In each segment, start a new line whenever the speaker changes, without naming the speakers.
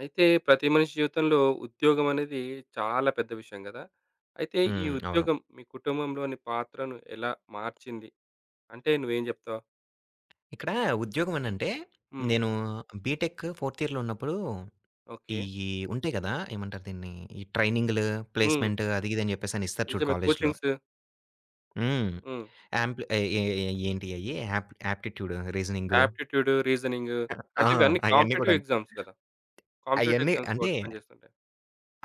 అయితే ప్రతి మనిషి జీవితంలో ఉద్యోగం అనేది చాలా పెద్ద విషయం కదా! అయితే ఈ
హ్మ్. అవును.
ఉద్యోగం మీ కుటుంబంలోని పాత్రను ఎలా మార్చింది? అంటే నువ్వేం జెప్తావు?
ఇక్కడ ఉద్యోగం అనంటే,
హ్మ్.
నేను బీటెక్ ఫోర్త్ ఇయర్‌లో ఉన్నప్పుడు,
ఓకే.
ఇయి ఉంటాయి గదా! ఏమంటారు దీన్ని? ఈ ట్రైనింగ్‌లు,
హ్మ్.
ప్లేస్‌మెంట్ అది ఇది అని చెప్పేసని ఇస్తారు చూడు
నిజమే.
కాలేజీలో.
కోచింగ్స్.
హ్మ్.
హ్మ్.
యాంప్ల్ ఏ ఏ ఏ ఏంటి అయి? యాప్టిట్యూడ్, రీజనింగు
యాప్టిట్యూడ్, రీజనింగ్
ఆ!
అంటే ఇవన్నీ
అయన్నీ
కాంపిటీటివ్
గూడాను.
ఎగ్జామ్స్ కదా! కాంపిటీటివ్
అయన్నీ
ఎగ్జామ్స్ కూడా
అంటే
పనిజేస్తుంటాయి.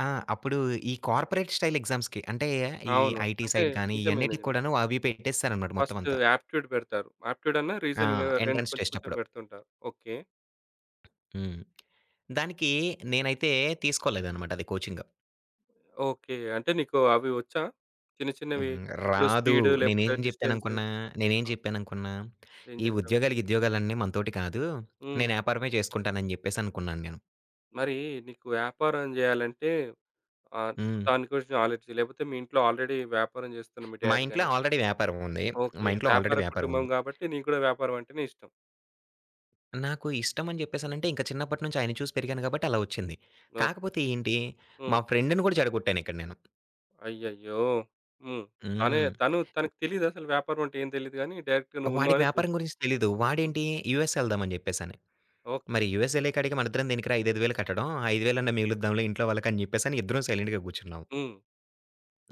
ఆ! అప్పుడు ఈ కార్పొరేట్ స్టైల్ ఎగ్జామ్స్‌కి అంటే, ఈ
అవును.
ఐటీ
అంటే
సైడ్ గాని,
నిజమే.
ఇయన్నిటికి
నిజమే.
కూడాను అవి పెట్టేస్తారనమాట మొత్తం
ఫస్ట్
అంతా.
యాప్టిట్యూడ్ పెడతారు. యాప్టిట్యూడ్ అన్నా
ఆ!
రీజనింగ్ 2
ఎంట్రన్స్
కొంచెం
టెస్ట్
కొంచెం
అప్పుడు.
పెడుతుంటారు. ఓకే.
హ్మ్. దానికి నేనైతే తీసుకోలేదనమాట అది కోచింగ్.
ఓకే. అంటే నీకు అవి వచ్చా? చిన్న చిన్నవి
హ్మ్.
ఇప్పుడు
రాదు.
స్పీడ్
నేనేం
లేకపోతే డిస్టెన్స్.
జెప్పాననుకున్నా, నేనేం జెప్పాననుకున్నా,
ఏం
ఈ
చెప్పావు?
ఉద్యోగాలు, గిద్యోగాలన్నీ మనతోటి కాదు.
హ్మ్.
నేను యాపారమే చేసుకుంటానని జెప్పేసనుకున్నాను నేను.
మరి నీకు వ్యాపారం జేయాలంటే ఆహ్,
హ్మ్.
దాని గురించి నాలెడ్జ్ లేకపోతే మీ ఇంట్లో ఆల్రెడీ వ్యాపారం జేస్తున్న మీ
మా
డ్యాడీ
ఇంట్లో
గాని.
ఆల్రెడీ వ్యాపారం ఉంది.
ఓకే.
మా ఇంట్లో
వ్యాపార
ఆల్రెడీ వ్యాపారం
కుటుంబం
ఉంది.
గాబట్టి నీకు గూడా వ్యాపారం అంటేనే ఇష్టం.
నాకు ఇష్టం అని జెప్పేసనంటే ఇంక చిన్నప్పటి నుంచి ఆయన్ని చూసి పెరిగాను గాబట్టి అలా వచ్చింది.
ఓకే.
కాకపోతే ఏంటి,
హ్మ్.
మా ఫ్రెండ్‌ని గూడా చెడగొట్టానిక్కడ నేను.
అయ్యయ్యో! హ్మ్. తనే
హ్మ్.
తను తనకు తెలీదా అసలు వ్యాపారం అంటే ఏం తెలీదు గానీ డైరెక్ట్‌గా
వాడికి
నువ్వున్నావని
వ్యాపారం
దూకా.
గురించి తెలీదు.
హ్మ్.
వాడేంటి యూఎస్ ఎళ్దామని జెప్పేసని.
ఓకే.
మరి యూఎస్ ఎళ్ళేకాడికి మనిద్దరం దేనికిరా 5, 5,000 కట్టడం. 5,000 మిగులుద్దాంలే ఇంట్లో వాళ్ళకని జెప్పేసని ఇద్దరం సైలెంట్‌గా గూర్చున్నాం.
హ్మ్.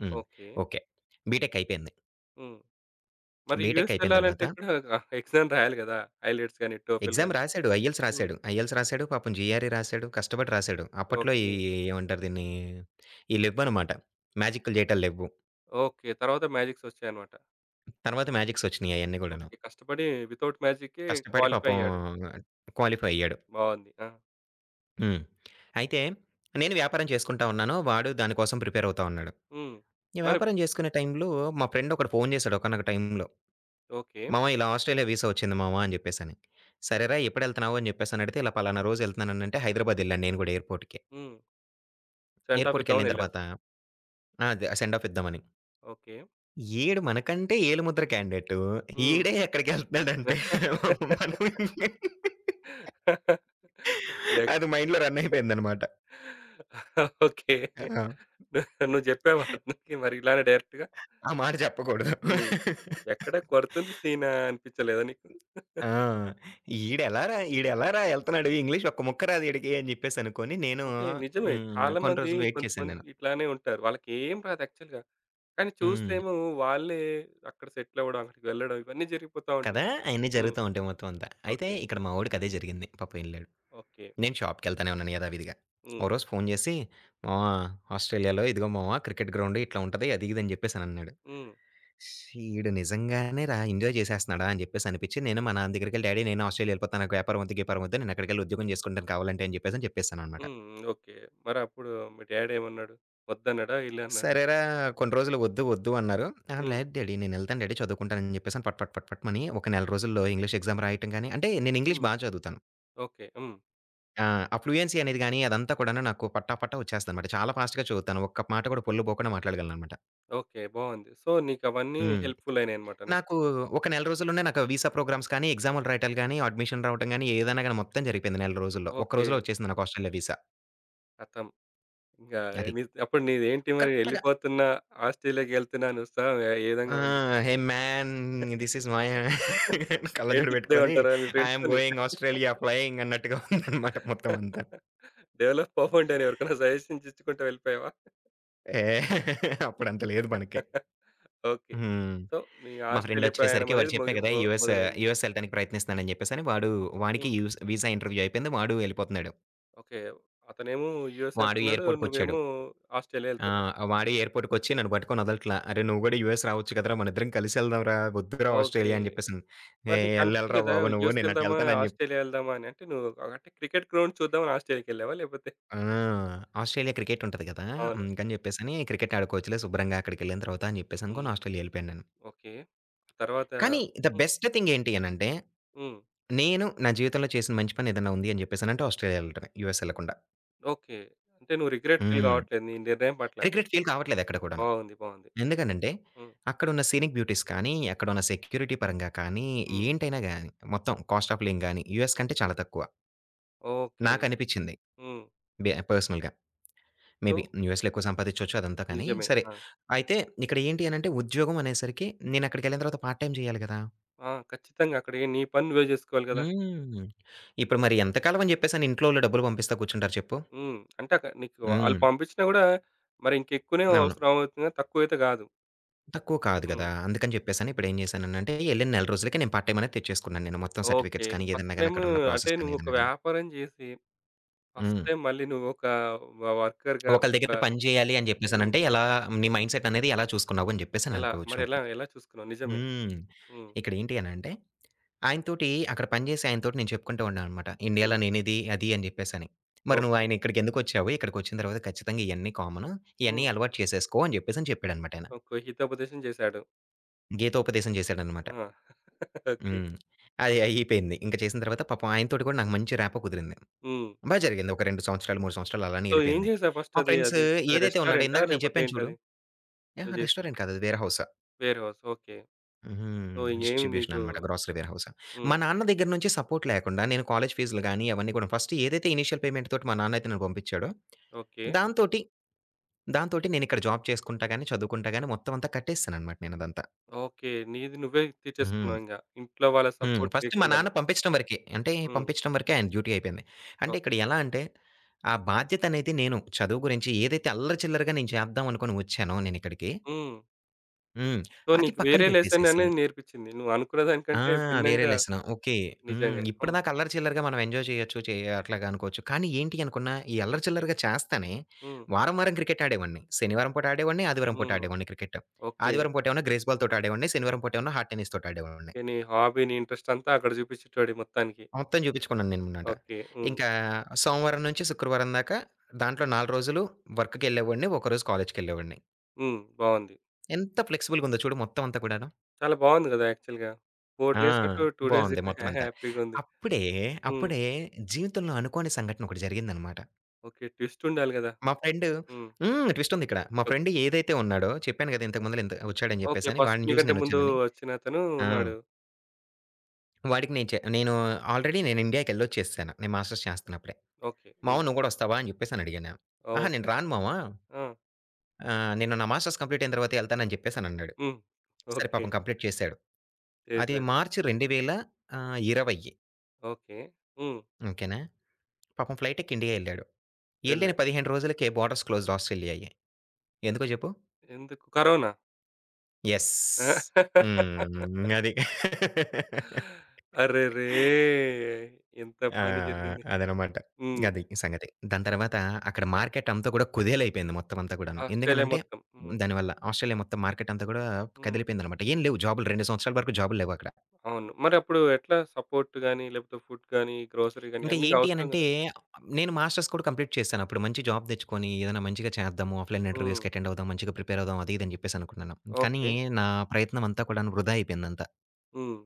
హ్మ్.
ఓకే.
ఓకే. బీటెక్ అయిపోయింది.
హ్మ్. మరి
బీటెక్
యూఎస్
అయిపోయిన తర్వాత
ఎళ్ళాలంటే కూడా ఎగ్జామ్ రాయాలి గదా! ఐలెట్స్ గాని, టోఫెల్
ఎగ్జామ్
గాని.
రాసాడు. ఐఎల్టీఎస్
హ్మ్.
రాసాడు. IELTS
okay.
రాసాడు. పాపం జీఆర్ఈ రాసాడు. కష్టపడి రాసాడు. అప్పట్లో ఈ
ఓకే.
ఏమంటారు దీన్ని? ఈ లెవ్వనమాట. మ్యాజిక్‌లు జేయటాలు లెవ్వు.
ఓకే. తర్వాత మ్యాజిక్స్ ఒచ్చాయన్నమాట.
తర్వాత మ్యాజిక్స్ ఒచ్చినియి అయన్నీ గూడాను.
ఓకే. కష్టపడి వితౌట్ మ్యాజిక్‌కే
కష్టపడి
క్వాలిఫై
పాపం
అయ్యాడు.
క్వాలిఫై అయ్యాడు.
బావుంది. ఆ!
హ్మ్. అయితే నేను వ్యాపారం చేసుకుంటా ఉన్నాను. వాడు దాని కోసం ప్రిపేర్ అవుతా ఉన్నాడు.
హ్మ్.
ఈ
మరి
వ్యాపారం జేసుకునే టైంలో మా ఫ్రెండ్ ఒకడు ఫోను జేసాడు ఒకానొక టైంలో.
ఓకే.
మామ ఇలా ఆస్ట్రేలియా వీసా వచ్చింది మామ అని చెప్పేసని. సరేరా ఎప్పుడెళ్తన్నావు అని చెప్పేసనడిగితే, ఇలా పలానా రోజు ఎళ్తన్నాననంటే, హైదరాబాదెళ్ళాను నేను గూడా ఎయిర్‌పోర్ట్‌కి.
హ్మ్. సెండ్ ఆఫ్ ఇద్దామని
ఎయిర్‌పోర్ట్‌కెళ్ళిన
ఎళ్ళావు.
తర్వాత ఆ! అదే సెండ్ ఆఫ్ ఇద్దామని.
ఓకే.
ఈడు మనకంటే ఏలుముద్ర క్యాండిడేటు.
హ్మ్.
ఈడే ఎక్కడికెళ్తున్నాడంటే మనం
ఎక్
అది మైండ్‌లో రన్ అయిపోయిందనమాట.
ఓకే.
ఆ!
నువ్వు జెప్పావా అతనికి మరి ఇలానే డైరెక్ట్‌గా?
ఆ మాట చెప్పకూడదు.
హ్మ్. ఎక్కడ కొడుతుంది సీనా అనిపించలేదా నీకు?
ఆ! ఈడెలారా ఈడెలారా ఎళ్తన్నాడు ఇంగ్లీష్ ఒక్క ముక్క రాదు ఈడికి అని జెప్పేసనుకోని నేను
అంటే నిజమే.
హ్మ్.
చాలా
కొన్ని
మంది
రోజులు వెయిట్ చేశాను
కొంతమంది
నేను.
ఇట్లానే ఉంటారు. వాళ్ళకేం రాదు యాక్చువల్‌గా. కానీ
హ్మ్.
చూస్తేమో వాళ్ళే అక్కడ సెటిల్ అవ్వడం, అక్కడికి వెళ్ళడం ఇవన్నీ జరిగిపోతా ఉంటాయి.
కదా! అయన్నీ
హ్మ్.
జరుగుతా ఉంటాయి మొత్తం అంతా. అయితే
ఓకే.
ఇక్కడ మా వోడికి అదే జరిగింది. పాపం ఎళ్ళాడు.
ఓకే.
నేను షాప్‌కెళ్తానే ఉన్నాను యథావిధిగా. ఓ
హ్మ్.
రోజు ఫోను చేసి, "మామ ఆస్ట్రేలియాలో ఇదిగో మామ క్రికెట్ గ్రౌండ్ ఇట్లా ఉంటది అది ఇది" అని చెప్పేసనన్నాడు.
హ్మ్.
ఈడు నిజంగానే రా ఎంజాయ్ చేసేస్తున్నాడా అని చెప్పేసి అనిపించి నేను మా నాన్న దగ్గరికెళ్ళి, డాడీ నేను ఆస్ట్రేలియా ఎళ్ళిపోతా. నాకు వ్యాపారం వద్దు, గీపారం వద్దు. నేను అక్కడికెళ్ళి ఉద్యోగం చేసుకుంటాను కావాలంటే అని చెప్పేసి అని చెప్పేసాననమాట.
హ్మ్. ఓకే. మరప్పుడు మీ డ్యాడేమన్నాడు? వద్దన్నాడా? ఈళ్ళన్నాడా?
సరేరా కొన్ని రోజులు వద్దు, వద్దు అన్నారు. "ఆ!
హ్మ్.
లేదు డాడీ నేను ఎళ్తాను డాడీ చదువుకుంటాను" అని చెప్పేసి అని పట్ పట్ పట్ పట్‌మని ఒక నెల రోజుల్లో ఇంగ్లీష్ ఎగ్జామ్ రాయటం గాని అంటే నేను
హ్మ్.
ఇంగ్లీష్ బా చదువుతాను.
ఓకే. హ్మ్.
ఆ! ఆ ఫ్లూయెన్సీ అనేది గాని అదంతా కూడాను నాకు పట్టా పట్టా వచ్చేస్తదనమాట. చాలా ఫాస్ట్‌గా చదువుతాను. ఒక్క మాట కూడా పొల్లు పోకుండా మాట్లాడగలననమాట.
ఓకే. బావుంది. సో, నీకవన్నీ
హ్మ్.
హెల్ప్‌ఫుల్ అయినాయన్నమాట
నాకు
నెక్స్ట్.
ఒక నెల రోజుల్లోనే నాకు వీసా ప్రోగ్రామ్స్ కానీ, ఎగ్జామ్‌లు రాయటాలు గాని, అడ్మిషన్ రావటం గాని ఏదైనా గాని మొత్తం జరిగిపోయింది నెల రోజుల్లో. ఒక్క
ఓకే.
రోజులో వచ్చేసింది నాకు ఆస్ట్రేలియా వీసా.
ఖతం. ఇంగా
అది.
నీ అప్పుడు నీదేంటి మరి
కరెక్ట్‌గా
ఎళ్ళిపోతున్నా, ఆస్ట్రేలియాకెళ్తున్నా అని ఉత్సాహం ఏ ఏ
ఆ!
విధంగా ఉంది?
Hey man this is my
ఏంటి
కళ్ళజోడు
ఇక్కడే
పెట్టుకొని
ఉంటారా మీ
ఐ యామ్
ఫ్రెండ్స్‌తోని?
గోయింగ్ ఆస్ట్రేలియా ఫ్లయింగ్ అన్నట్టుగా ఉందనమాట మొత్తం అంతా.
డెవలప్ అవ్వండి అని ఎవరికైనా సజెషన్స్ ఇచ్చుకుంటూ వెళ్ళిపోయావా?
ఏ అప్పుడు అంత లేదు మనకి.
ఓకే.
హ్మ్.
సో, నీ
మా
ఆస్ట్రేలియా
ఫ్రెండొచ్చేసరికి వాడు
ప్రయాణమనేది
చెప్పా
మొగి
కదా!
మొ
యూఎస్
మొదలైంది.
యూఎస్ ఎళ్ళటానికి ప్రయత్నిస్తున్నానని జెప్పేసని వాడు వాడికి
హ్మ్.
యూస్ వీసా ఇంటర్వ్యూ అయిపోయింది. వాడు ఎళ్ళిపోతున్నాడు.
ఓకే. అతనేమో యూఎస్
వాడు
ఎళ్తున్నాడు.
ఎయిర్‌పోర్ట్‌కొచ్చాడు.
నువ్వేమో ఆస్ట్రేలియా
ఆ!
ఎళ్తున్నావు.
వాడు ఎయిర్‌పోర్ట్‌కొచ్చి నన్ను పట్టుకొని వదలట్లా. "అరే! నువ్వు
హ్మ్.
గూడా యూఎస్ రావచ్చు కదరా! మనిద్దరం కలిసెళ్దాంరా! వద్దురా
ఓకే.
ఆస్ట్రేలియా" అని జెప్పేసని.
మరి
"ఏయ్! ఎళ్ళెళ్ళరా
నీకనిపించలేదా
బాబు నువ్వు
యూఎస్‌కి ఎళ్దామా?
నేనటెళ్తానని"
ఆస్ట్రేలియా ఎళ్దామా అని? అంటే నువ్వు అంటే క్రికెట్ గ్రౌండ్ చూద్దామని ఆస్ట్రేలియాకెళ్ళావా? లేపోతే
ఆ! ఆస్ట్రేలియా క్రికెట్ ఉంటది కదా!
అవును.
అందుకని జెప్పేసని క్రికెట్ ఆడుకోవచ్చులే శుభ్రంగా అక్కడికెళ్ళిన తర్వాత అని జెప్పేసనుకోని
హ్మ్.
ఆస్ట్రేలియా ఎళ్ళిపోయాను నేను.
ఓకే. ఆ తర్వాత
కానీ ద
హ్మ్.
బెస్ట్ థింగ్ ఏంటి అనంటే,
హ్మ్.
నేను నా జీవితంలో చేసిన మంచి పని ఏదన్నా ఉంది అని జెప్పేసనంటే ఆస్ట్రేలియా ఎళ్ళటమే యూఎస్ ఎళ్ళకుండా.
ఓకే. అంటే నువ్వు రిగ్రెట్ ఫీల్
హ్మ్.
కావట్లేదు నీ నిర్ణయం పట్ల.
రిగ్రెట్ ఫీల్ కావట్లేదెక్కడ కూడాను.
బావుంది. బావుంది.
ఎందుకనంటే,
హ్మ్.
అక్కడున్న సీనిక్ బ్యూటీస్ కానీ, అక్కడున్న సెక్యూరిటీ పరంగా కానీ,
హ్మ్.
ఏంటైనా గాని, మొత్తం కాస్ట్ ఆఫ్ లివింగ్ గాని, యూఎస్ కంటే
ఓకే.
చాలా తక్కువ.
ఓకే.
నాకనిపిచ్చింది.
హ్మ్.
బె పర్సనల్‌గా.
సో,
మేబీ యూఎస్‌లో ఎక్కువ సంపాదిచ్చొచ్చు అదంతా కానీ,
నిజమే.
సరే.
ఆ!
అయితే ఇక్కడ ఏంటి అనంటే, ఉద్యోగం అనేసరికి నేనక్కడికెళ్ళిన తర్వాత పార్ట్ టైమ్ జేయాలి గదా!
ఆ! ఖచ్చితంగా అక్కడ ఏ నీ పని నువ్వే జేసుకోవాలి గదా!
హ్మ్. ఇప్పుడు మరి ఎంతకాలం అని జెప్పేసని ఇంట్లో వాళ్ళు డబ్బులు పంపిస్తా కూర్చుంటారు చెప్పు?
హ్మ్. అంటే అక నీకు ఆళ్ళు
హ్మ్.
పంపించినా గూడా మరి ఇంకెక్కువనే
అవును.
అవసరం అవుతుంది గానీ తక్కువైతే గాదు.
తక్కువ కాదు గదా!
హ్మ్.
అందుకని జెప్పేసని ఇప్పుడేం జేశాననంటే, యెళ్ళిన నెల రోజులకే నేను పార్ట్ టైమ్ అనేది తెచ్చేసుకున్నాను నేను. మొత్తం
ఓకే.
సర్టిఫికేట్స్ కానీ,
నువ్వు ఫస్ట్
ఏదన్నా గాని
టైము
అక్కడున్న
అంటే
ప్రాసెస్ కానీ
నువ్వొక
ఏదన్నా గాని.
వ్యాపారం జేసి ఫస్ట్
హ్మ్.
టైం మళ్ళీ నువ్వొక వర్కర్‌గా
ఒకళ్ళ
ఒక
దగ్గర పని జేయాలి అని
హ్మ్.
జెప్పేసనంటే, ఎలా నీ మైండ్ సెట్ అనేది ఎలా చూసుకున్నావు అని
ఎలా
జెప్పేసననుకోవచ్చు
మరెలా
నువ్వు.
ఎలా ఎలా చూసుకున్నావు? నిజమే.
హ్మ్.
హ్మ్.
ఇక్కడేంటి అనంటే, ఆయనతోటి అక్కడ పని జేసే ఆయనతోటి నేను చెప్పుకుంటూ ఉన్నాననమాట. ఇండియాలో
హ్మ్.
నేనిది, అది అని జెప్పేసని. మరి నువ్వు
ఓకే.
ఆయన ఇక్కడికెందుకొచ్చావు? ఇక్కడికొచ్చిన తర్వాత ఖచ్చితంగా ఇయన్నీ కామను. ఇయన్నీ
హ్మ్.
అలవాటు చేసేసుకో అని జెప్పేసని చెప్పాడనమాట ఆయన.
ఓకే. హితోపదేశం జేశాడు.
గీతోపదేశం జేశాడనమాట.
ఆ! ఓకే.
హ్మ్. అది అయిపోయింది. ఇంక చేసిన తర్వాత పాపం ఆయనతోటి కూడా నాకు మంచి ర్యాపో కుదిరింది.
హ్మ్.
బా జరిగింది. ఒక 2 సంవత్సరాలు, 3 సంవత్సరాలు అలానే
సో, ఏం
ఎళ్ళిపోయింది.
జేశావు ఫస్ట్
మా
అది
ఫ్రెండ్స్
అది? అది
ఏదైతే ఉన్నాడో
రెస్టారెంటా?
ఇందాక నేను
లేపోతే
చెప్పాను చూడు.
ఏంటది? నువ్వు
అహా!
జేసింది?
రెస్టారెంట్ కాదు అది warehouse.
Warehouse. Okay.
హుహు.
సో, ఏమి
డిస్ట్రిబ్యూషన్
నీకు
అనమాట. Grocery warehouse. మా
హ్మ్.
నాన్న దగ్గర నుంచి సపోర్ట్ లేకుండా నేను కాలేజ్ ఫీజులు గాని అవన్నీ కూడా ఫస్ట్ ఏదైతే ఇనీషియల్ పేమెంట్ తోటి మా నాన్న అయితే నన్ను పంపించాడో
ఓకే.
దాంతోటి, దాంతోటి నేనిక్కడ జాబ్ చేసుకుంటా గాని, చదువుకుంటా గాని మొత్తం అంతా కట్టేసాననమాట నేనదంతా.
ఓకే. నీది నువ్వే
హ్మ్.
తీర్చేసుకున్నావింక. ఇంట్లో వాళ్ళ
హ్మ్.
సపోర్ట్
ఫస్ట్ మా
లేకుండానే.
నాన్న పంపించడం వరకే. అంటే
హ్మ్.
పంపించడం వరకే ఆయన డ్యూటీ అయిపోయింది. అంటే ఇక్కడ
ఓకే.
ఎలా అంటే, ఆ బాధ్యత అనేది నేను చదువు గురించి ఏదైతే అల్లరి చిల్లరగా నేను చేద్దాం అనుకోని వచ్చానో నేనిక్కడికి
హ్మ్.
హ్మ్.
సో,
అది
నీకు
పక్కన
వేరే లెసన్
పెట్టేసేసి
అనేది నేర్పించింది. నువ్వు అనుకున్న
ఆ!
దానికంటే
వేరే
భిన్నంగా
లెసన్. ఓకే. హ్మ్.
నిజంగా. హ్మ్.
ఇప్పటిదాకా అల్లరి చిల్లరగా మనం ఎంజాయ్ చేయొచ్చు. అట్లాగా అనుకోవచ్చు. కానీ ఏంటి అనుకున్నా, ఈ అల్లరి
ఓకే.
చిల్లరగా చేస్తానే
హ్మ్.
వారం, వారం క్రికెట్ ఆడేవాడిని. శనివారం పూట ఆడేవాడిని, ఆదివారం పూట
హ్మ్.
ఆడేవాడిని క్రికెట్.
ఓకే.
ఆదివారం పూట ఏమన్నా గ్రేస్ బాల్ తోటి ఆడేవాడిని. శనివారం పూట ఏమన్నా హార్డ్ టెన్నిస్ తోటి ఆడేవాడిని.
ఓకే. నీ హాబీ, నీ ఇంట్రెస్ట్ అంతా అక్కడ చూపించేటోడివి మొత్తానికి.
మొత్తం చూపించుకున్నాను నేను ముందట.
ఓకే. హ్మ్.
ఇంకా సోమవారం నుంచి శుక్రవారం దాకా దాంట్లో 4 రోజులు వర్క్‌కెళ్ళేవాడిని. ఒకరోజు కాలేజ్‌కెళ్ళేవాడిని.
హ్మ్. బావుంది.
ఎంత ఫ్లెక్సిబుల్‌గా ఉందో చూడు మొత్తం అంతా కూడాను.
చాలా బావుంది గదా! యాక్చువల్‌గా. 4
ఆ!
డేస్ అటు, 2 డేస్ ఇటు
బావుంది మొత్తం అంతా.
హ్యాపీగుంది.
అప్పుడే,
హ్మ్.
అప్పుడే జీవితంలో అనుకోని సంఘటన ఒకటి జరిగిందనమాట.
ఓకే. ట్విస్ట్ ఉండాలి గదా!
మా ఫ్రెండు
హ్మ్.
హ్మ్. ట్విస్ట్ ఉందిక్కడ. మా ఫ్రెండ్
ఓకే.
ఏదైతే ఉన్నాడో చెప్పాను కదా! ఇంతకు ముందల ఇంత వచ్చాడని
ఓకే.
చెప్పేసని.
ఫస్ట్
వాడిని చూసి
నీకంటే ముందు
నేనొచ్చానని.
వచ్చినతను
ఆ!
ఉన్నాడు.
వాడికి నేను నేను ఆల్రెడీ నేను ఇండియాకెళ్ళొచ్చేసాను. నేను మాస్టర్స్ చేస్తున్నప్పుడే.
ఓకే.
"మామ
హ్మ్.
నువ్వు కూడా వస్తావా?" అని చెప్పేసని అడిగాను. "అహా! నేను
ఓకే.
రాను మామ"
ఆ!
ఆ! నేను నా మాస్టర్స్ కంప్లీట్ అయిన తర్వాతే ఎళ్తానని జెప్పేసనన్నాడు.
హ్మ్.
సరే
ఓకే.
పాపం కంప్లీట్ చేశాడు. అది
చేశాడు.
March 2020
okay. హ్మ్.
ఓకేనా? పాపం ఫ్లైట్ ఎక్కి ఇండియా ఎళ్ళాడు. ఎళ్ళిన
వెళ్ళాడు.
15 రోజులకే బోర్డర్స్ క్లోజ్డ్ ఆస్ట్రేలియాయి. ఎందుకో జెప్పు?
ఎందుకు? కరోనా.
యెస్.
ఆ!
హ్మ్. అది.
అరెరే! ఎంత
ఆ!
పని జరిగింది.
అదనమాట.
హ్మ్.
అది సంగతి. దాని తర్వాత అక్కడ మార్కెట్ అంతా గూడా కుదేలైపోయింది మొత్తం అంతా గూడాను.
ఆస్ట్రేలియా
ఎందుకనంటే
మొత్తం. హ్మ్.
దానివల్ల ఆస్ట్రేలియా మొత్తం మార్కెట్ అంతా గూడా
హ్మ్.
కదిలిపోయిందనమాట. ఏం లేవు జాబులు 2 సంవత్సరాల వరకు జాబులు లేవక్కడ.
అవును. మరప్పుడు ఎట్లా సపోర్ట్ గాని, లేకపోతే ఫుడ్ గాని, గ్రోసరీ గాని
ఇంకా
అన్నీ
ఏంటి
అవసరం
అనంటే,
గదా!
నేను మాస్టర్స్ కూడా కంప్లీట్ చేశాను. అప్పుడు మంచి జాబ్ తెచ్చుకొని, ఏదైనా మంచిగా చేద్దాము. ఆఫ్‌లైన్
హ్మ్.
ఇంటర్వ్యూస్‌కి అటెండ్ అవుదాం. మంచిగా ప్రిపేర్ అవుదాం. అది ఇది అని చెప్పేసి అనుకున్నాను. కానీ
ఓకే.
నా ప్రయత్నం అంతా కూడాను వృధా అయిపోయిందంతా.
హ్మ్.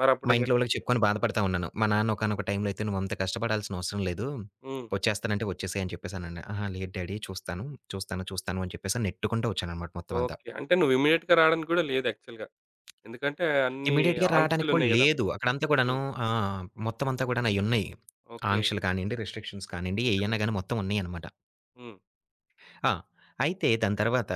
మరప్పుడు
మా ఇంట్లో
ఇంకెట్లా?
వాళ్ళకి చెప్పుకొని బాధపడతా ఉన్నాను. మా నాన్న ఒకానొక టైంలో అయితే, "నువ్వంత కష్టపడాల్సిన అవసరం లేదు.
హ్మ్.
వచ్చేస్తానంటే వచ్చేసేయి" అని చెప్పేసనన్నా. "అహా! లేదు డ్యాడీ చూస్తాను. చూస్తాను. చూస్తాను" అని చెప్పేసి నెట్టుకుంటూ వచ్చాననమాట మొత్తం అంతా.
ఓకే. అంటే నువ్వు ఇమ్మీడియేట్‌గా రావడానికి గూడా లేదు యాక్చువల్‌గా. ఎందుకంటే అన్ని
ఇమ్మీడియేట్‌గా రావడానికి కూడా
ఆంక్షలున్నాయి గదా!
లేదు. అక్కడంతా కూడాను
హ్మ్.
ఆ! మొత్తం అంతా కూడాను అయ్యున్నాయి.
ఓకే.
ఆంక్షలు కానియండి, రిస్ట్రిక్షన్స్ కానియండి,
నిజమే.
ఏయన్నా గాని మొత్తం ఉన్నాయనమాట.
హ్మ్.
ఆ! అయితే దాని తర్వాత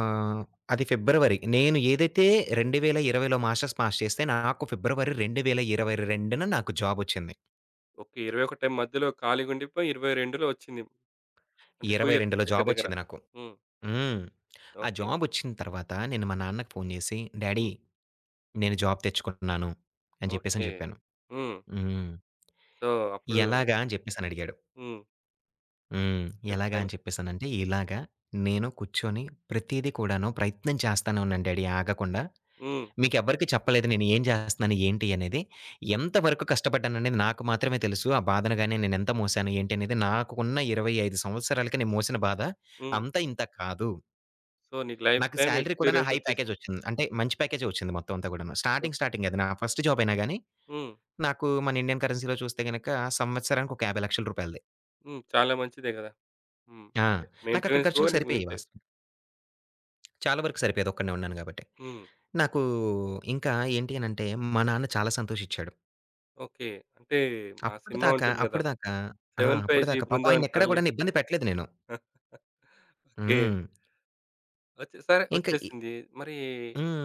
ఆహ్, అది ఫిబ్రవరి నేను ఏదైతే 2020లో మాస్టర్స్ పాస్ చేస్తే నాకు ఫిబ్రవరి 2022న నాకు జాబొచ్చింది.
ఓకే. 21 మధ్యలో ఖాళీగుండిపోయి 22లో వచ్చింది. అంటే 2 ఇయర్స్
22లో
దగ్గర దగ్గర.
జాబొచ్చింది నాకు.
హ్మ్.
హ్మ్. ఆ
ఓకే.
జాబొచ్చిన తర్వాత నేను మా నాన్నకి ఫోను చేసి, "డాడీ
హ్మ్.
నేను జాబ్ తెచ్చుకుంటున్నాను" అని
ఓకే.
చెప్పేసని చెప్పాను.
హ్మ్.
హ్మ్.
సో, అప్పుడు
"ఎలాగా?" అని చెప్పేసని అడిగాడు.
హ్మ్.
హ్మ్. "ఎలాగా?"
చెప్పాలి.
అని చెప్పేసనంటే, "ఇలాగా నేను కూర్చొని ప్రతీదీ కూడాను ప్రయత్నం చేస్తానే ఉన్నాను డాడీ ఆగకుండా.
హ్మ్.
మీకెవ్వరికీ చెప్పలేదు నేను ఏం చేస్తున్నాను, ఏంటి అనేది.
ఓహ్!
ఎంత వరకు కష్టపడ్డాననేది నాకు మాత్రమే తెలుసు. ఆ బాధను గాని నేనెంత మోసాను, ఏంటి అనేది నాకు ఉన్న 25 సంవత్సరాలకి నేను మోసిన బాధ
హ్మ్.
అంతా ఇంత కాదు.
సో, నీకు లైఫ్
నాకు
టైమ్
సాలరీ కూడాను
ఎక్స్‌పీరియన్స్
హై
వచ్చేసింది.
ప్యాకేజొచ్చింది. అంటే మంచి ప్యాకేజే వచ్చింది మొత్తం అంతా గూడాను. Starting,
okay.
స్టార్టింగ్ అది నా ఫస్ట్ జాబ్ అయినా గాని,
హ్మ్.
నాకు మన ఇండియన్ కరెన్సీలో చూస్తే గనక సంవత్సరానికి ఒక రూ. 50,00,000
హ్మ్. చాలా మంచిదే గదా! హ్మ్.
ఆ!
అంటే
నాకక్కడ
మెయింటెనెన్స్ కూడా
ఖర్చులకు
నీకు
సరిపోయేవి
మిగులుతాయి.
వాస్తవంగా. చాలా వరకు సరిపోయేది ఒక్కడినే ఉన్నాను గాబట్టి.
హ్మ్.
నాకు ఇంకా ఏంటి అనంటే, మా నాన్న చాలా సంతోషిచ్చాడు.
ఓకే. అంటే ఆ సినిమా
అప్పటిదాకా,
ఉంటుంది గదా!
అప్పటిదాకా ఆ!
'సెవెన్ పైజీ
అప్పటిదాకా పాపం
బృందావన్
ఆయన్నెక్కడ
కాలనీ'.
గూడాను ఇబ్బంది పెట్టలేదు నేను.
ఓకే.
హ్మ్.
వచ్చే సరే
ఇంక ఈ
వచ్చేసింది. మరి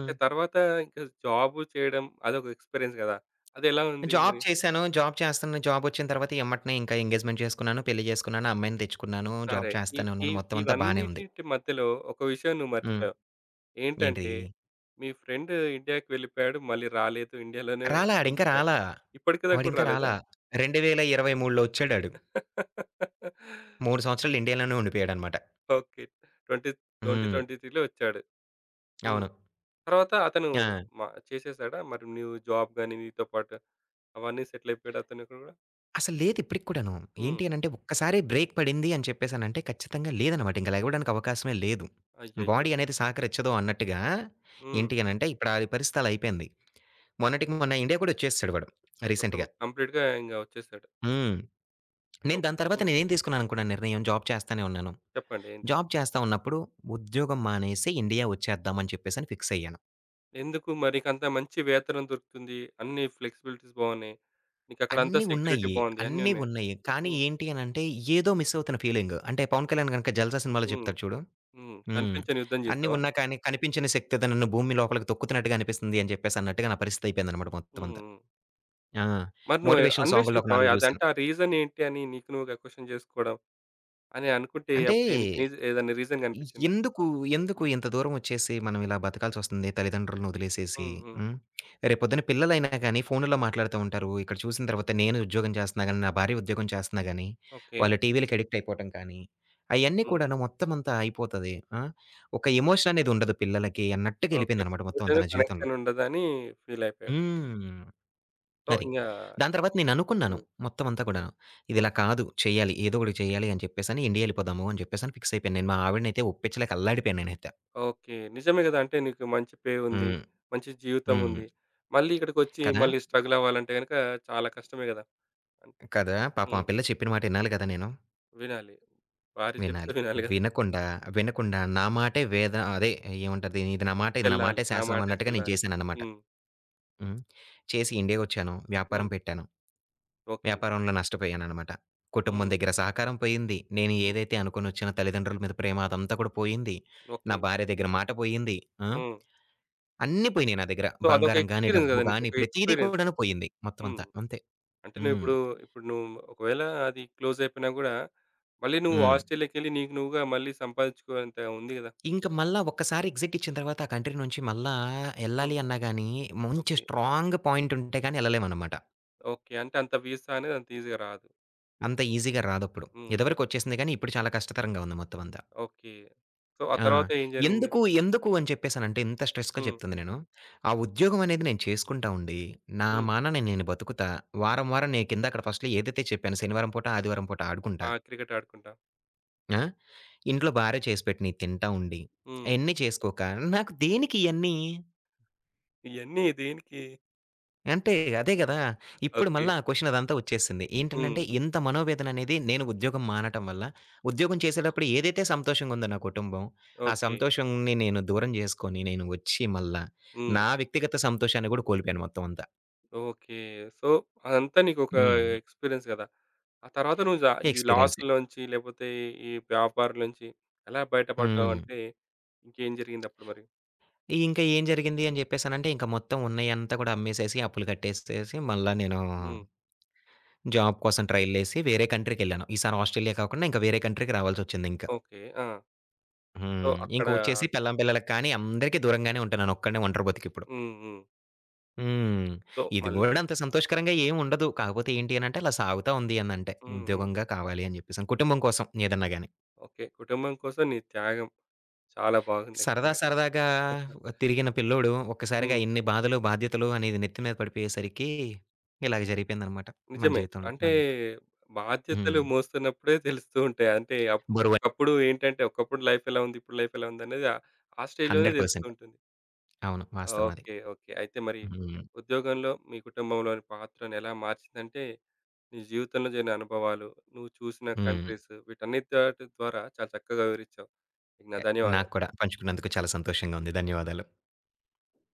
ఇంక తర్వాత ఇంకా జాబ్ చేయడం అదొక ఎక్స్‌పీరియన్స్ గదా! అదెలా ఉంది
జాబ్
మరి?
చేశాను. జాబ్ చేస్తున్న జాబొచ్చిన తర్వాత ఎమ్మటనే ఇంకా ఎంగేజ్‌మెంట్ చేసుకున్నాను, పెళ్లి చేసుకున్నాను, అమ్మాయిని తెచ్చుకున్నాను,
సరే.
జాబ్
ఈ
చేస్తానే
ఈ
ఉన్నాను. మొత్తం అంతా బానే ఉంది.
ఇవన్నిటిటి మధ్యలో ఒక విషయం నువ్వు
హ్మ్.
మర్చిపోయావు.
ఏంటిది?
ఏంటంటే మీ ఫ్రెండ్ ఇండియాకి వెళ్ళిపోయాడు. మళ్ళీ రాలేదు. ఇండియాలోనే
రాలా ఆడింకా
ఉండిపోయాడు.
రాలా.
ఇప్పటికి దాకా గూడా
వాడింకా
రాలేదా?
రాలా. 2023లో ఒచ్చాడాడు. 3 సంవత్సరాలు ఇండియాలోనే ఉండిపోయాడనమాట.
ఓకే. 20,
హ్మ్.
2023లో వచ్చాడు. హ్మ్.
అవును.
తర్వాత అతను
ఆ!
మ చేసేసాడా? మరి నువ్వు జాబ్ గాని నీతో పాటు అవన్నీ సెటిల్ అయిపోయాడా అతను ఇక్కడ కూడా?
అసలు లేదు ఇప్పటికి కూడాను.
హ్మ్.
ఏంటి అనంటే ఒక్కసారి బ్రేక్ పడింది అని చెప్పేసనంటే ఖచ్చితంగా లేదనమాట. ఇంక లెగవడానికి అవకాశమే లేదు.
అయ్యయ్యో!
బాడీ అనేది సహకరించదు అన్నట్టుగా
హ్మ్.
ఏంటి అనంటే ఇప్పుడు ఆడి పరిస్థితి అలా అయిపోయింది. మొన్నటికి మొన్న ఇండియా కూడా వచ్చేసాడు వాడు
మొత్తం
రీసెంట్‌గా.
కంప్లీట్‌గా ఇంగ వచ్చేసాడు.
హ్మ్.
సో
నేను దాని తర్వాత
హ్మ్.
నేనేం తీసుకున్నాను అనుకున్నాను నిర్ణయం జాబ్ చేస్తానే ఉన్నాను.
చెప్పండి ఏంటి?
జాబ్ చేస్తా ఉన్నప్పుడు ఉద్యోగం మానేసి ఇండియా వచ్చేద్దాం అని చెప్పేసని ఫిక్స్ అయ్యాను.
ఎందుకు మరి నీకంత మంచి వేతనం దొరుకుతుంది. అన్ని ఫ్లెక్సిబిలిటీస్ బాగున్నాయి. నీకక్కడ అంతా
అన్నీ
సెక్యూరిటీ
ఉన్నాయి.
బాగుంది. అన్నీ
అన్నీ
ఉన్నాయి.
ఉన్నాయి. కానీ
హ్మ్.
ఏంటి అనంటే ఏదో మిస్ అవుతున్న ఫీలింగ్. అంటే పవన్ కళ్యాణ్ గనక 'జల్సా' సినిమాలో
హ్మ్.
చెప్తాడు చూడు.
హ్మ్.
హ్మ్.
కనిపించని యుద్ధం
అన్నీ
చేసావా?
ఉన్నా కానీ కనిపించిన శక్తేదో నన్ను భూమి లోపలికి తొక్కుతున్నట్టుగా అనిపిస్తుంది అని చెప్పేసి అన్నట్టుగా నా పరిస్థితి అయిపోయిందన్నమాట మొత్తం
హ్మ్.
అంతా.
హ్మ్.
ఆ!
మరి నువ్వు
మోటివేషనల్ సాంగుల్లో ఒక
అన్వేషించావా?
4 చూసాను.
అదంటే ఆ రీజన్ ఏంటి అని నీకు నువ్వుగా క్వెషన్ చేసుకోవడం అని అనుకుంటే
అంటే
అప్పుడు నీకు ఏదైనా రీజన్ కనిపించిందా?
ఎందుకు, ఎందుకు
హ్మ్.
ఇంత దూరం వచ్చేసి మనం ఇలా బతకాల్సొస్తుంది తల్లిదండ్రులను వదిలేసేసి.
హ్మ్. హ్మ్.
హ్మ్. రేపొద్దున పిల్లలైనా గానీ ఫోనుల్లో మాట్లాడుతూ ఉంటారు. ఇక్కడ చూసిన తర్వాత నేను ఉద్యోగం చేస్తున్నా గానీ, నా భార్య ఉద్యోగం చేస్తున్నా గానీ,
ఓకే.
వాళ్ళు టీవీలకి అడిక్ట్ అయిపోవటం కానీ, అయన్నీ
హ్మ్.
కూడాను మొత్తం అంతా అయిపోతది. ఆ! ఒక ఎమోషన్ అనేది ఉండదు పిల్లలకి అన్నట్టుగా
ఓకే.
ఎళ్ళిపోయిందన్నమాట మొత్తం అంతా
ఎమోషన్
నా జీవితంలో.
కనెక్షన్ ఉండదని ఫీల్ అయిపోయావు.
హ్మ్.
సో
అది.
ఇంగా
దాని తర్వాత నేననుకున్నాను
హ్మ్.
మొత్తం అంతా కూడాను. ఇదిలా
హ్మ్.
కాదు చేయాలి. ఏదో ఒకటి చేయాలి అని చెప్పేసని ఇండియా ఎళ్ళిపోదాము అని చెప్పేసని ఫిక్స్ అయిపోయాను. నేను మా ఆవిడనైతే ఒప్పించలేక అల్లాడిపోయాను నేనైతే.
ఓకే. నిజమే గదా! అంటే నీకు మంచి పే ఉంది.
హ్మ్.
మంచి జీవితం
హ్మ్.
ఉంది. మళ్ళీ ఇక్కడికొచ్చి
కదా!
మళ్ళీ స్ట్రగుల్ అవ్వాలంటే గనక చాలా కష్టమే గదా! అన్
కదా! పాపం ఆ
హ్మ్.
పిల్ల చెప్పిన మాట ఇనాలి కదా నేను.
వినాలి. భార్య చెప్తే
వినాలి.
వినాలి గదా!
వినకుండా, వినకుండా నా మాటే అదే ఏమంటారు దీన్ని? ఇది నా మాట, ఇది నా
చెల్లాలి.
మాటే
నా
శాసనం
మాటే
అన్నట్టుగా నేను
చెల్లాలి.
చేశానన్నమాట.
హ్మ్.
హ్మ్. చేసి ఇండియాకొచ్చాను. వ్యాపారం
హ్మ్.
పెట్టాను.
ఓకే.
వ్యాపారంలో నష్టపోయాననమాట. కుటుంబం
హ్మ్.
దగ్గర సహకారం పోయింది. నేను
హ్మ్.
ఏదైతే అనుకోనొచ్చిన తల్లిదండ్రుల మీద ప్రేమ అదంతా కూడా పోయింది. నా
ఓకే.
భార్య దగ్గర మాట పోయింది. ఆ!
హ్మ్.
అన్నీ పోయినాయి నా దగ్గర.
సో, అదొక
బంగారం గాని,
ఎక్స్‌పీరియన్స్
డబ్బు
గదా!
గాని
నీకొక
ప్రతీదీ
ఎక్స్‌పీరియన్స్.
కూడాను పోయింది. మొత్తం
హ్మ్.
అంతా. అంతే.
అంటే
హ్మ్.
నువ్విప్పుడు, ఇప్పుడు ఇప్పుడు నువ్వు ఒకవేళ అది క్లోజ్ అయిపోయినా గూడా, మళ్ళీ నువ్వు
హ్మ్.
ఆస్ట్రేలియాకెళ్ళి నీకు నువ్వుగా మళ్ళీ సంపాదించుకోనంత ఉంది గదా!
ఇంక మళ్ళా ఒక్కసారి ఎగ్జిట్ ఇచ్చిన తర్వాత ఆ కంట్రీ నుంచి మళ్ళా
హ్మ్.
ఎళ్ళాలి అన్నా గాని, మంచి
ఓకే.
స్ట్రాంగ్ పాయింట్ ఉంటే గాని ఎళ్ళలేమనమాట.
ఓకే. అంటే అంత వీసా అనేది అంత ఈజీగా రాదు.
అంత ఈజీగా రాదప్పుడు.
హ్మ్.
ఇదివరకు వచ్చేసింది గానీ, ఇప్పుడు చాలా కష్టతరంగా ఉంది మొత్తం అంతా.
ఓకే. సో, ఆ
ఆ!
తర్వాత ఏం జరిగింది?
ఎందుకు, ఎందుకు అని చెప్పేసనంటే ఇంత స్ట్రెస్‌గా
హ్మ్.
చెప్తుంది నేను. ఆ ఉద్యోగం అనేది నేను చేసుకుంటా ఉండి, నా
హ్మ్.
మానాన నేను బతుకుతా. వారం, వారం నేను కిందక్కడ ఫస్ట్‌లో ఏదైతే చెప్పానో శనివారం పూట, ఆదివారం పూట
ఆ!
ఆడుకుంటా.
క్రికెట్ ఆడుకుంటా.
ఆ! ఇంట్లో భార్య చేసి పెట్టినయి తింటా ఉండి,
హ్మ్.
అయన్నీ చేసుకోక నాకు దేనికి ఇయన్నీ?
ఇయన్నీ దేనికి?
అంటే అదే గదా! ఇప్పుడు
ఓకే.
మళ్ళా ఆ క్వెషన్ అదంతా వచ్చేసింది.
హ్మ్.
ఏంటనంటే ఇంత మనోవేదన అనేది నేను ఉద్యోగం మానటం వల్ల, ఉద్యోగం చేసేటప్పుడు ఏదైతే సంతోషంగుందో నా కుటుంబం, ఆ
ఓకే.
సంతోషంని నేను దూరం జేసుకొని నేను వచ్చి మళ్ళా
హ్మ్.
నా వ్యక్తిగత సంతోషాన్ని గూడా కోల్పోయాను మొత్తం అంతా.
ఓకే. సో, అదంతా నీకొక
హ్మ్.
ఎక్స్‌పీరియన్స్ గదా! ఆ తర్వాత నువ్వు ఇవి
ఎక్స్‌పీరియన్సే.
లాస్‌ల్లోంచి లేపోతే ఈ వ్యాపారం నుంచి ఎలా
హ్మ్.
బయటపడ్డావంటే ఇంకేం జరిగిందప్పుడు మరి?
ఇంకా ఏం జరిగింది అని జెప్పేసనంటే ఇంక మొత్తం ఉన్నయంతా గూడా అమ్మేసేసి, అప్పులు కట్టేసేసి మళ్ళా నేను
హ్మ్.
జాబ్ కోసం ట్రైలేసి వేరే కంట్రీకెళ్ళాను. ఈసారి ఆస్ట్రేలియా కాకుండా ఇంకా వేరే కంట్రీకి రావాల్సొచ్చిందింక.
ఓకే. ఆ! సో,
హ్మ్.
అక్కడ
ఇంకొచ్చేసి పెళ్ళాం, పిల్లలకి కానీ అందరికీ దూరంగానే ఉంటా నేనొక్కడినే ఒంటరి బతుకిప్పుడు.
హ్మ్. హ్మ్.
హ్మ్.
సో,
ఇది
మళ్ళీ
గూడా అంత సంతోషకరంగా ఏముండదు. కాకపోతే ఏంటి అనంటే అలా సాగుతా ఉంది అనంటే.
హ్మ్. హ్మ్.
ఉద్యోగంగా కావాలి అని జెప్పేసని. కుటుంబం కోసం ఏదన్నా గాని.
ఓకే. కుటుంబం కోసం నీ త్యాగం చాలా బాగుంది
సరదా
యాక్చువల్‌గా.
సరదాగా తిరిగిన పిల్లోడు ఒక్కసారిగా
హ్మ్.
ఇన్ని బాధలు, బాధ్యతలు అనేది నెత్తి మీద పడిపోయేసరికి ఇలాగ జరిగిపోయిందనమాట మన
నిజమే.
జీవితంలో.
అంటే
అంతే.
బాధ్యతలు
హ్మ్.
మోస్తున్నప్పుడే తెలుస్తూ ఉంటాయి. అంటే
బరువని
ఒకప్పుడు ఏంటంటే, ఒకప్పుడు లైఫ్ ఎలా ఉంది? ఇప్పుడు లైఫ్ ఎలా ఉందనేది ఆ ఆ స్టేజ్‌లోనే తెలుస్తూ
100%
ఉంటుంది.
అవును. వాస్తవం అది.
ఓకే. ఓకే. అయితే మరి
హ్మ్.
ఉద్యోగంలో మీ కుటుంబంలోని పాత్రను ఎలా మార్చిందంటే, నీ జీవితంలో జరిగిన అనుభవాలు, నువ్వు చూసిన
హ్మ్.
కంట్రీస్ వీటన్నిటి ద్వారా చాలా చక్కగా వివరించావు. నీకు నా
నాకు
ధన్యవాదాలు.
కూడా పంచుకున్నందుకు చాలా సంతోషంగా ఉంది. ధన్యవాదాలు.